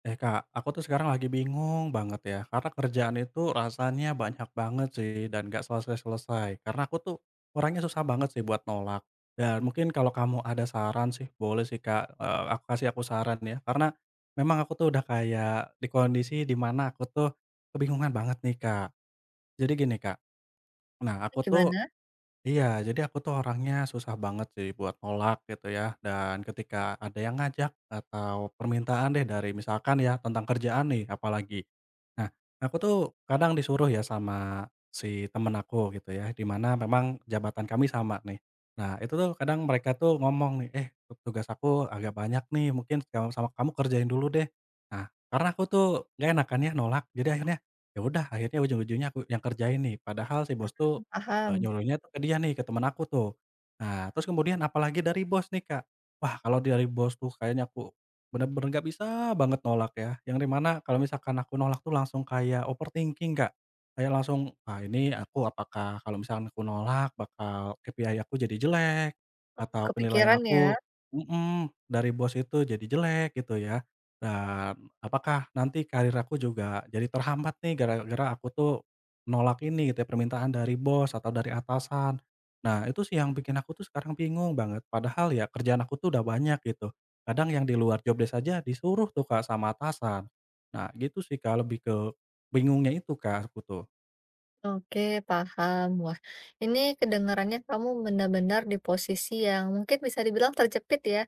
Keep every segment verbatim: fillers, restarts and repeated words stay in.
Eh Kak, aku tuh sekarang lagi bingung banget ya, karena kerjaan itu rasanya banyak banget sih dan nggak selesai-selesai. Karena aku tuh orangnya susah banget sih buat nolak. Dan mungkin kalau kamu ada saran sih, boleh sih Kak, eee, aku kasih aku saran ya. Karena memang aku tuh udah kayak di kondisi di mana aku tuh kebingungan banget nih Kak. Jadi gini Kak. Nah aku tuh Gimana? Iya, jadi aku tuh orangnya susah banget sih buat nolak gitu ya, dan ketika ada yang ngajak atau permintaan deh dari misalkan ya tentang kerjaan nih apalagi. Nah, aku tuh kadang disuruh ya sama si temen aku gitu ya, di mana memang jabatan kami sama nih. Nah, itu tuh kadang mereka tuh ngomong nih, "Eh, tugas aku agak banyak nih, mungkin kamu sama kamu kerjain dulu deh." Nah, karena aku tuh nggak enakan ya nolak, jadi akhirnya ya udah akhirnya ujung-ujungnya aku yang kerjain nih, padahal si bos tuh Eee, Paham. nyuruhnya tuh ke dia nih, ke temen aku tuh. Nah, terus kemudian apalagi dari bos nih, Kak. Wah, kalau dari bos tuh kayaknya aku bener-bener nggak bisa banget nolak ya, yang di mana kalau misalkan aku nolak tuh langsung kayak overthinking, Kak. Kayak langsung, "Ah, ini aku apakah kalau misalkan aku nolak bakal K P I aku jadi jelek, Oh, atau penilaian kepikiran ya? aku" mhm, dari bos itu jadi jelek gitu ya. Dan, "Apakah nanti karir aku juga jadi terhambat nih gara-gara aku tuh nolak ini gitu ya, permintaan dari bos atau dari atasan. Nah, itu sih yang bikin aku tuh sekarang bingung banget, padahal ya kerjaan aku tuh udah banyak gitu. Kadang yang di luar jobdesk desk aja disuruh tuh Kak sama atasan. Nah, gitu sih Kak, lebih ke bingungnya itu Kak, aku tuh. Oke, paham. Wah, ini kedengarannya kamu benar-benar di posisi yang mungkin bisa dibilang terjepit ya.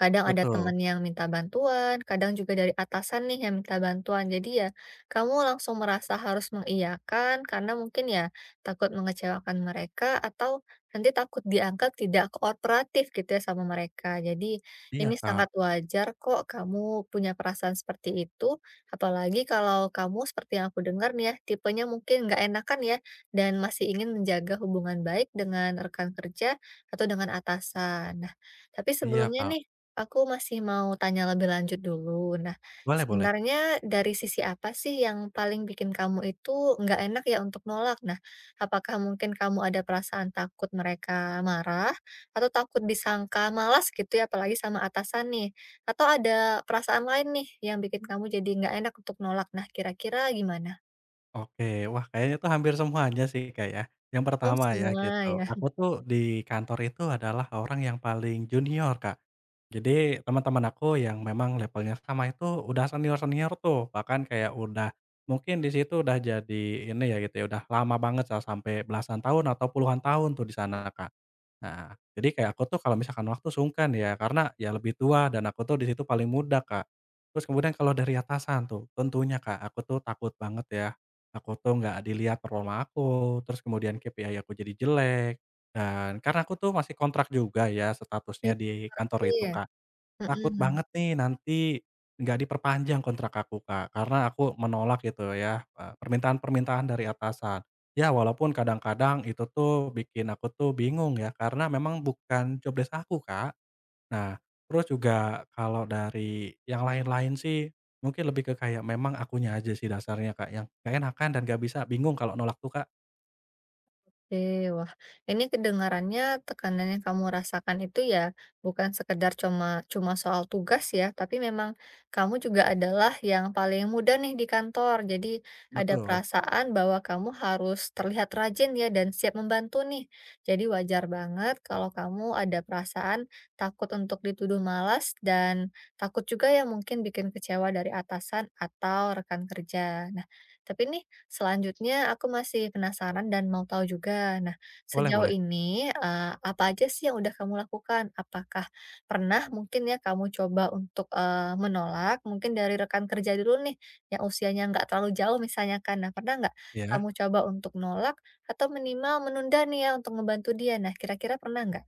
Kadang ada Betul. teman yang minta bantuan, kadang juga dari atasan nih yang minta bantuan. Jadi ya kamu langsung merasa harus mengiyakan karena mungkin ya takut mengecewakan mereka atau nanti takut dianggap tidak kooperatif gitu ya sama mereka. Jadi Iya ini Kak. sangat wajar kok kamu punya perasaan seperti itu. Apalagi kalau kamu seperti yang aku dengar nih ya, tipenya mungkin nggak enakan ya dan masih ingin menjaga hubungan baik dengan rekan kerja atau dengan atasan. Nah, tapi Iya sebelumnya Kak. nih. Aku masih mau tanya lebih lanjut dulu. Nah, Boleh boleh. sebenarnya dari sisi apa sih yang paling bikin kamu itu nggak enak ya untuk nolak? Nah, apakah mungkin kamu ada perasaan takut mereka marah atau takut disangka malas gitu ya, apalagi sama atasan nih? Atau ada perasaan lain nih yang bikin kamu jadi nggak enak untuk nolak? Nah, kira-kira gimana? Oke, wah kayaknya itu hampir semuanya sih Kak ya. Yang Oh, pertama ya semua gitu, ya. aku tuh di kantor itu adalah orang yang paling junior Kak. Jadi teman-teman aku yang memang levelnya sama itu udah senior-senior tuh, bahkan kayak udah mungkin di situ udah jadi ini ya gitu ya, udah lama banget sa- sampai belasan tahun atau puluhan tahun tuh di sana Kak. Nah, jadi kayak aku tuh kalau misalkan waktu sungkan ya karena ya lebih tua dan aku tuh di situ paling muda Kak. Terus kemudian kalau dari atasan tuh, tentunya Kak, aku tuh takut banget ya. Aku tuh nggak dilihat performa aku, terus kemudian K P I aku jadi jelek, dan karena aku tuh masih kontrak juga ya Iya, statusnya di ngerti kantor itu, ya? Kak. Takut Mhm. banget nih nanti nggak diperpanjang kontrak aku, Kak, karena aku menolak gitu ya, eee, permintaan-permintaan dari atasan. Ya walaupun kadang-kadang itu tuh bikin aku tuh bingung ya, karena memang bukan job desk aku, Kak. Nah, terus juga kalau dari yang lain-lain sih, mungkin lebih ke kayak memang akunya aja sih dasarnya Kak, yang nggak enakan dan gak bisa bingung kalau nolak tuh Kak. Oke, wah ini kedengarannya tekanan yang kamu rasakan itu ya bukan sekedar cuma cuma soal tugas ya, tapi memang kamu juga adalah yang paling muda nih di kantor. Jadi ada Betul. perasaan bahwa kamu harus terlihat rajin ya dan siap membantu nih. Jadi wajar banget kalau kamu ada perasaan takut untuk dituduh malas dan takut juga ya mungkin bikin kecewa dari atasan atau rekan kerja. Nah, tapi nih. Selanjutnya aku masih penasaran dan mau tahu juga. Nah, Boleh sejauh boleh. ini, eee, apa aja sih yang udah kamu lakukan? Apakah pernah mungkin ya kamu coba untuk, eee, menolak mungkin dari rekan kerja dulu nih, yang usianya nggak terlalu jauh misalnya kan. Nah, pernah nggak Iya. kamu coba untuk nolak atau minimal menunda nih ya untuk ngebantu dia? Nah, kira-kira pernah nggak?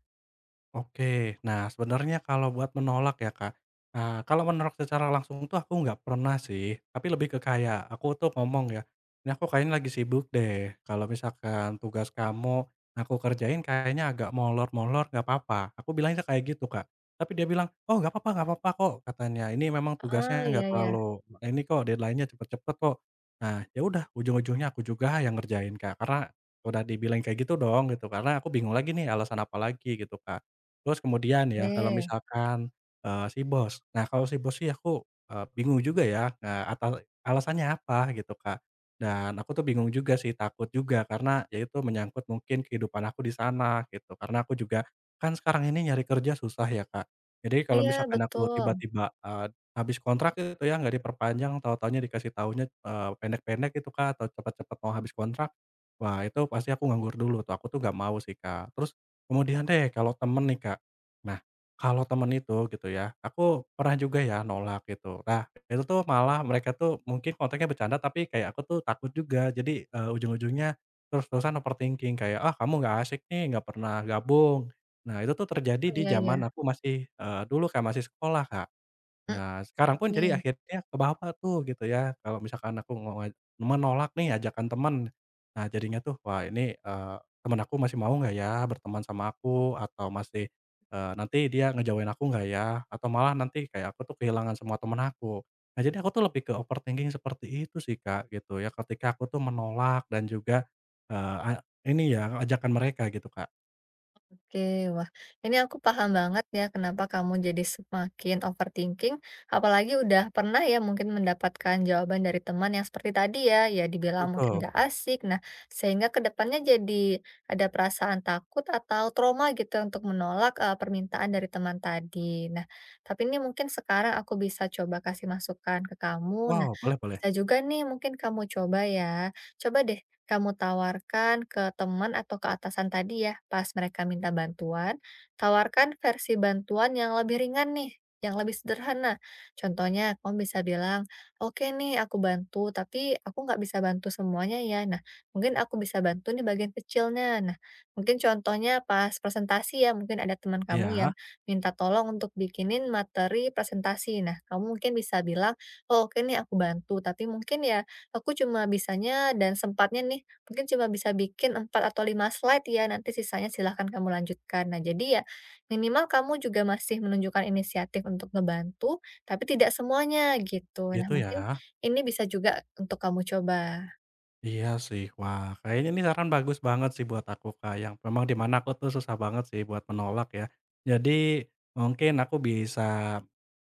Oke. Nah, sebenarnya kalau buat menolak ya, Kak, eee, kalau menolak secara langsung tuh aku nggak pernah sih, tapi lebih ke kayak aku tuh ngomong ya, "Ini aku kayaknya lagi sibuk deh, kalau misalkan tugas kamu aku kerjain kayaknya agak molor-molor nggak apa-apa. Aku bilangnya kayak gitu, Kak. Tapi dia bilang, "Oh, nggak apa-apa nggak apa-apa kok," katanya, "ini memang Oh, tugasnya nggak iya iya. terlalu ini kok, deadline-nya cepet-cepet kok." Nah, ya udah ujung-ujungnya aku juga yang ngerjain, Kak, karena udah dibilang kayak gitu dong gitu, karena aku bingung lagi nih alasan apa lagi gitu, Kak. Terus kemudian ya kalau Oke. misalkan, eee, si bos. Nah kalau si bos sih aku, eee, bingung juga ya, eee, atal alasannya apa gitu, Kak. Dan aku tuh bingung juga sih, takut juga karena ya itu menyangkut mungkin kehidupan aku di sana gitu. Karena aku juga kan sekarang ini nyari kerja susah ya, Kak. Jadi kalau Iya, misalkan aku betul. tiba-tiba, eee, habis kontrak itu ya nggak diperpanjang, tahu-tahunya dikasih tahunya, eee, pendek-pendek gitu, Kak, atau cepat-cepat mau habis kontrak. Wah itu pasti aku nganggur dulu tuh, aku tuh nggak mau sih, Kak. Terus kemudian deh kalau temen nih, Kak. Nah, kalau temen itu gitu ya, aku pernah juga ya nolak gitu. Nah, itu tuh malah mereka tuh mungkin konteksnya bercanda tapi kayak aku tuh takut juga. Jadi, eee, ujung-ujungnya terus-terusan overthinking kayak, "Ah, kamu nggak asik nih, nggak pernah gabung." Nah, itu tuh terjadi Oh, di iya. Mm, zaman iya. aku masih, eee, dulu kayak masih sekolah, Kak. Nah, sekarang pun jadi Mhm. akhirnya kebawa tuh gitu ya, kalau misalkan aku ngo menolak nih ajakan temen. Nah, jadinya tuh, wah ini, eee, temen aku masih mau nggak ya berteman sama aku atau masih, eee, nanti dia ngejauhin aku nggak ya, atau malah nanti kayak aku tuh kehilangan semua temen aku. Nah, jadi aku tuh lebih ke overthinking seperti itu sih, Kak, gitu ya, ketika aku tuh menolak dan juga, eee, a ini ya, ajakan mereka gitu, Kak. Oke, wah ini aku paham banget ya kenapa kamu jadi semakin overthinking, apalagi udah pernah ya mungkin mendapatkan jawaban dari teman yang seperti tadi ya, ya dibilang mungkin Betul. gak asik, nah sehingga kedepannya jadi ada perasaan takut atau trauma gitu untuk menolak eh, permintaan dari teman tadi. Nah, tapi ini mungkin sekarang aku bisa coba kasih masukan ke kamu, nah Wow, boleh boleh. bisa juga nih mungkin kamu coba ya, coba deh kamu tawarkan ke teman atau ke atasan tadi ya, pas mereka minta bantuan, tawarkan versi bantuan yang lebih ringan nih, yang lebih sederhana. Contohnya, kamu bisa bilang, oke nih aku bantu, tapi aku nggak bisa bantu semuanya ya. Nah, mungkin aku bisa bantu nih bagian kecilnya. Nah, mungkin contohnya pas presentasi ya, mungkin ada teman kamu yang Iya, minta tolong untuk bikinin materi presentasi. Nah, kamu mungkin bisa bilang, oh oke nih aku bantu, tapi mungkin ya aku cuma bisanya dan sempatnya nih, mungkin cuma bisa bikin empat atau lima slide ya, nanti sisanya silahkan kamu lanjutkan. Nah, jadi ya minimal kamu juga masih menunjukkan inisiatif untuk ngebantu, tapi tidak semuanya gitu. Nah, gitu mungkin ya. ini bisa juga untuk kamu coba. Iya sih. Wah, kayaknya ini saran bagus banget sih buat aku, Kak, yang memang di mana aku tuh susah banget sih buat menolak ya. Jadi mungkin aku bisa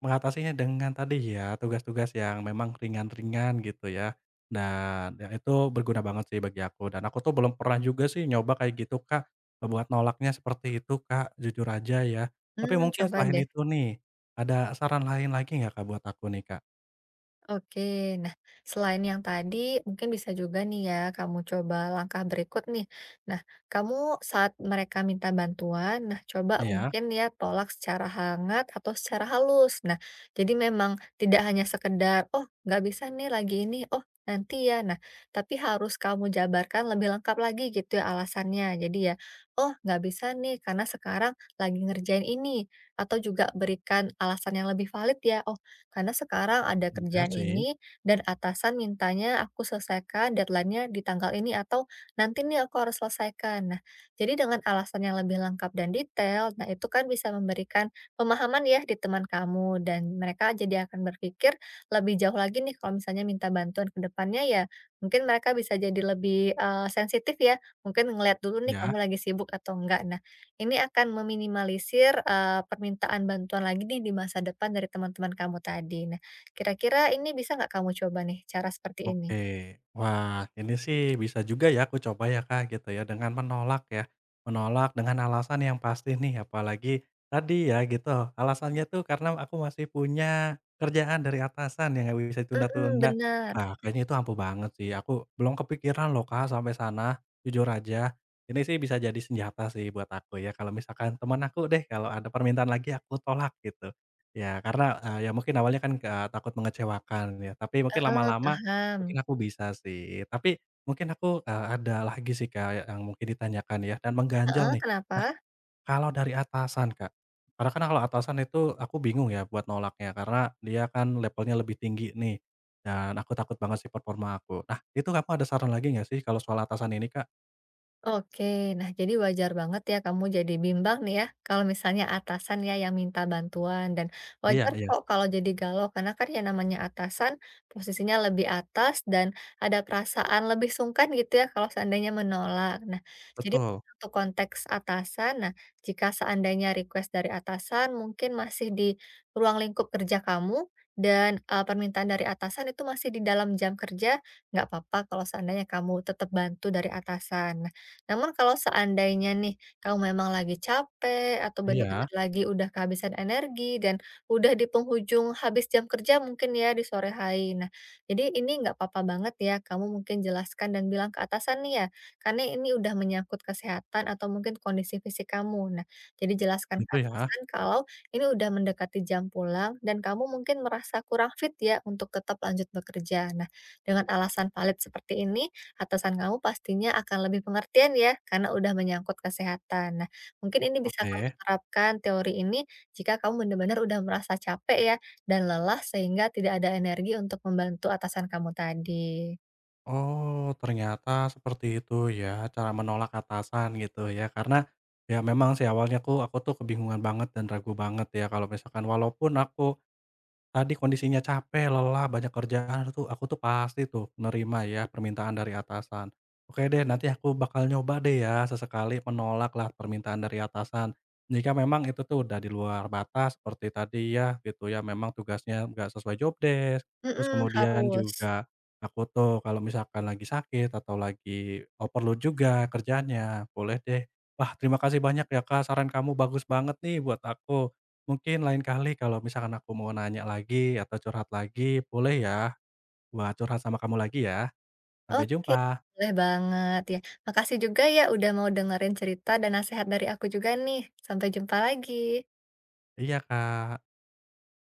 mengatasinya dengan tadi ya, tugas-tugas yang memang ringan-ringan gitu ya. Dan ya itu berguna banget sih bagi aku. Dan aku tuh belum pernah juga sih nyoba kayak gitu, Kak, buat nolaknya seperti itu, Kak, jujur aja ya. Tapi Hmm, mungkin Coba selain deh. itu nih, ada saran lain lagi nggak, Kak, buat aku nih, Kak? Oke, nah selain yang tadi mungkin bisa juga nih ya kamu coba langkah berikut nih. Nah, kamu saat mereka minta bantuan, nah coba Iya, mungkin ya tolak secara hangat atau secara halus. Nah, jadi memang tidak hanya sekedar, oh nggak bisa nih lagi ini, oh nanti ya. Nah, tapi harus kamu jabarkan lebih lengkap lagi gitu ya alasannya. Jadi ya, oh nggak bisa nih karena sekarang lagi ngerjain ini. Atau juga berikan alasan yang lebih valid ya, oh karena sekarang ada iya kerjaan sih. ini dan atasan mintanya aku selesaikan deadline-nya di tanggal ini atau nanti nih aku harus selesaikan. Nah, jadi dengan alasan yang lebih lengkap dan detail, nah itu kan bisa memberikan pemahaman ya di teman kamu dan mereka jadi akan berpikir lebih jauh lagi nih kalau misalnya minta bantuan ke depannya ya mungkin mereka bisa jadi lebih eh, sensitif ya, mungkin ngeliat dulu nih Ya. kamu lagi sibuk atau enggak. Nah, ini akan meminimalisir, eee, permintaan bantuan lagi nih di masa depan dari teman-teman kamu tadi. Nah, kira-kira ini bisa nggak kamu coba nih cara seperti ini? Oke. Wah, ini sih bisa juga ya aku coba ya, Kak, gitu ya, dengan menolak ya. Menolak dengan alasan yang pasti nih, apalagi tadi ya gitu, alasannya tuh karena aku masih punya kerjaan dari atasan yang nggak bisa Mhm, ditunda-tunda. bener, Nah, kayaknya itu ampuh banget sih, aku belum kepikiran loh, Kak, sampai sana, jujur aja. Ini sih bisa jadi senjata sih buat aku ya, kalau misalkan teman aku deh, kalau ada permintaan lagi aku tolak gitu. Ya karena, eee, ya mungkin awalnya kan, eee, takut mengecewakan ya, tapi mungkin heeh, lama-lama. paham. Mungkin aku bisa sih, tapi mungkin aku, eee, ada lagi sih, Kak, yang mungkin ditanyakan ya dan Heeh, mengganjal nih. kenapa? Nah, kalau dari atasan, Kak, karena kan kalau atasan itu aku bingung ya buat nolaknya karena dia kan levelnya lebih tinggi nih dan aku takut banget sih performa aku. Nah, itu kamu ada saran lagi nggak sih kalau soal atasan ini, Kak? Oke, nah jadi wajar banget ya kamu jadi bimbang nih ya, kalau misalnya atasan ya yang minta bantuan dan Iya wajar iya, kok kalau jadi galau karena kan yang namanya atasan posisinya lebih atas dan ada perasaan lebih sungkan gitu ya kalau seandainya menolak. Nah, jadi betul. untuk konteks atasan, nah jika seandainya request dari atasan mungkin masih di ruang lingkup kerja kamu dan eh, permintaan dari atasan itu masih di dalam jam kerja, nggak apa-apa kalau seandainya kamu tetap bantu dari atasan. Namun kalau seandainya nih, kamu memang lagi capek atau Iya, benar-benar lagi udah kehabisan energi dan udah di penghujung habis jam kerja mungkin ya di sore hari. Nah, jadi ini nggak apa-apa banget ya kamu mungkin jelaskan dan bilang ke atasan nih ya, karena ini udah menyangkut kesehatan atau mungkin kondisi fisik kamu. Nah, jadi jelaskan ke gitu ya? atasan kalau ini udah mendekati jam pulang dan kamu mungkin merasa kurang fit ya untuk tetap lanjut bekerja. Nah, dengan alasan valid seperti ini, atasan kamu pastinya akan lebih pengertian ya, karena udah menyangkut kesehatan. Nah, mungkin ini bisa kamu Oke. terapkan teori ini jika kamu benar-benar udah merasa capek ya, dan lelah sehingga tidak ada energi untuk membantu atasan kamu tadi. Oh, ternyata seperti itu ya, cara menolak atasan gitu ya. Karena ya memang sih awalnya aku aku tuh kebingungan banget dan ragu banget ya kalau misalkan walaupun aku. Tadi kondisinya capek, lelah, banyak kerjaan tuh, aku tuh pasti tuh nerima ya permintaan dari atasan. Oke deh, nanti aku bakal nyoba deh ya sesekali menolak lah permintaan dari atasan. Jika memang itu tuh udah di luar batas seperti tadi ya gitu ya, memang tugasnya nggak sesuai job desk, terus Mhm, kemudian harus. juga aku tuh kalau misalkan lagi sakit atau lagi overload juga kerjanya, boleh deh. Wah terima kasih banyak ya Kak, saran kamu bagus banget nih buat aku. Mungkin lain kali kalau misalkan aku mau nanya lagi atau curhat lagi, boleh ya buat curhat sama kamu lagi ya. Sampai Oke, jumpa. boleh banget ya. Makasih juga ya udah mau dengerin cerita dan nasihat dari aku juga nih. Sampai jumpa lagi. Iya, Kak.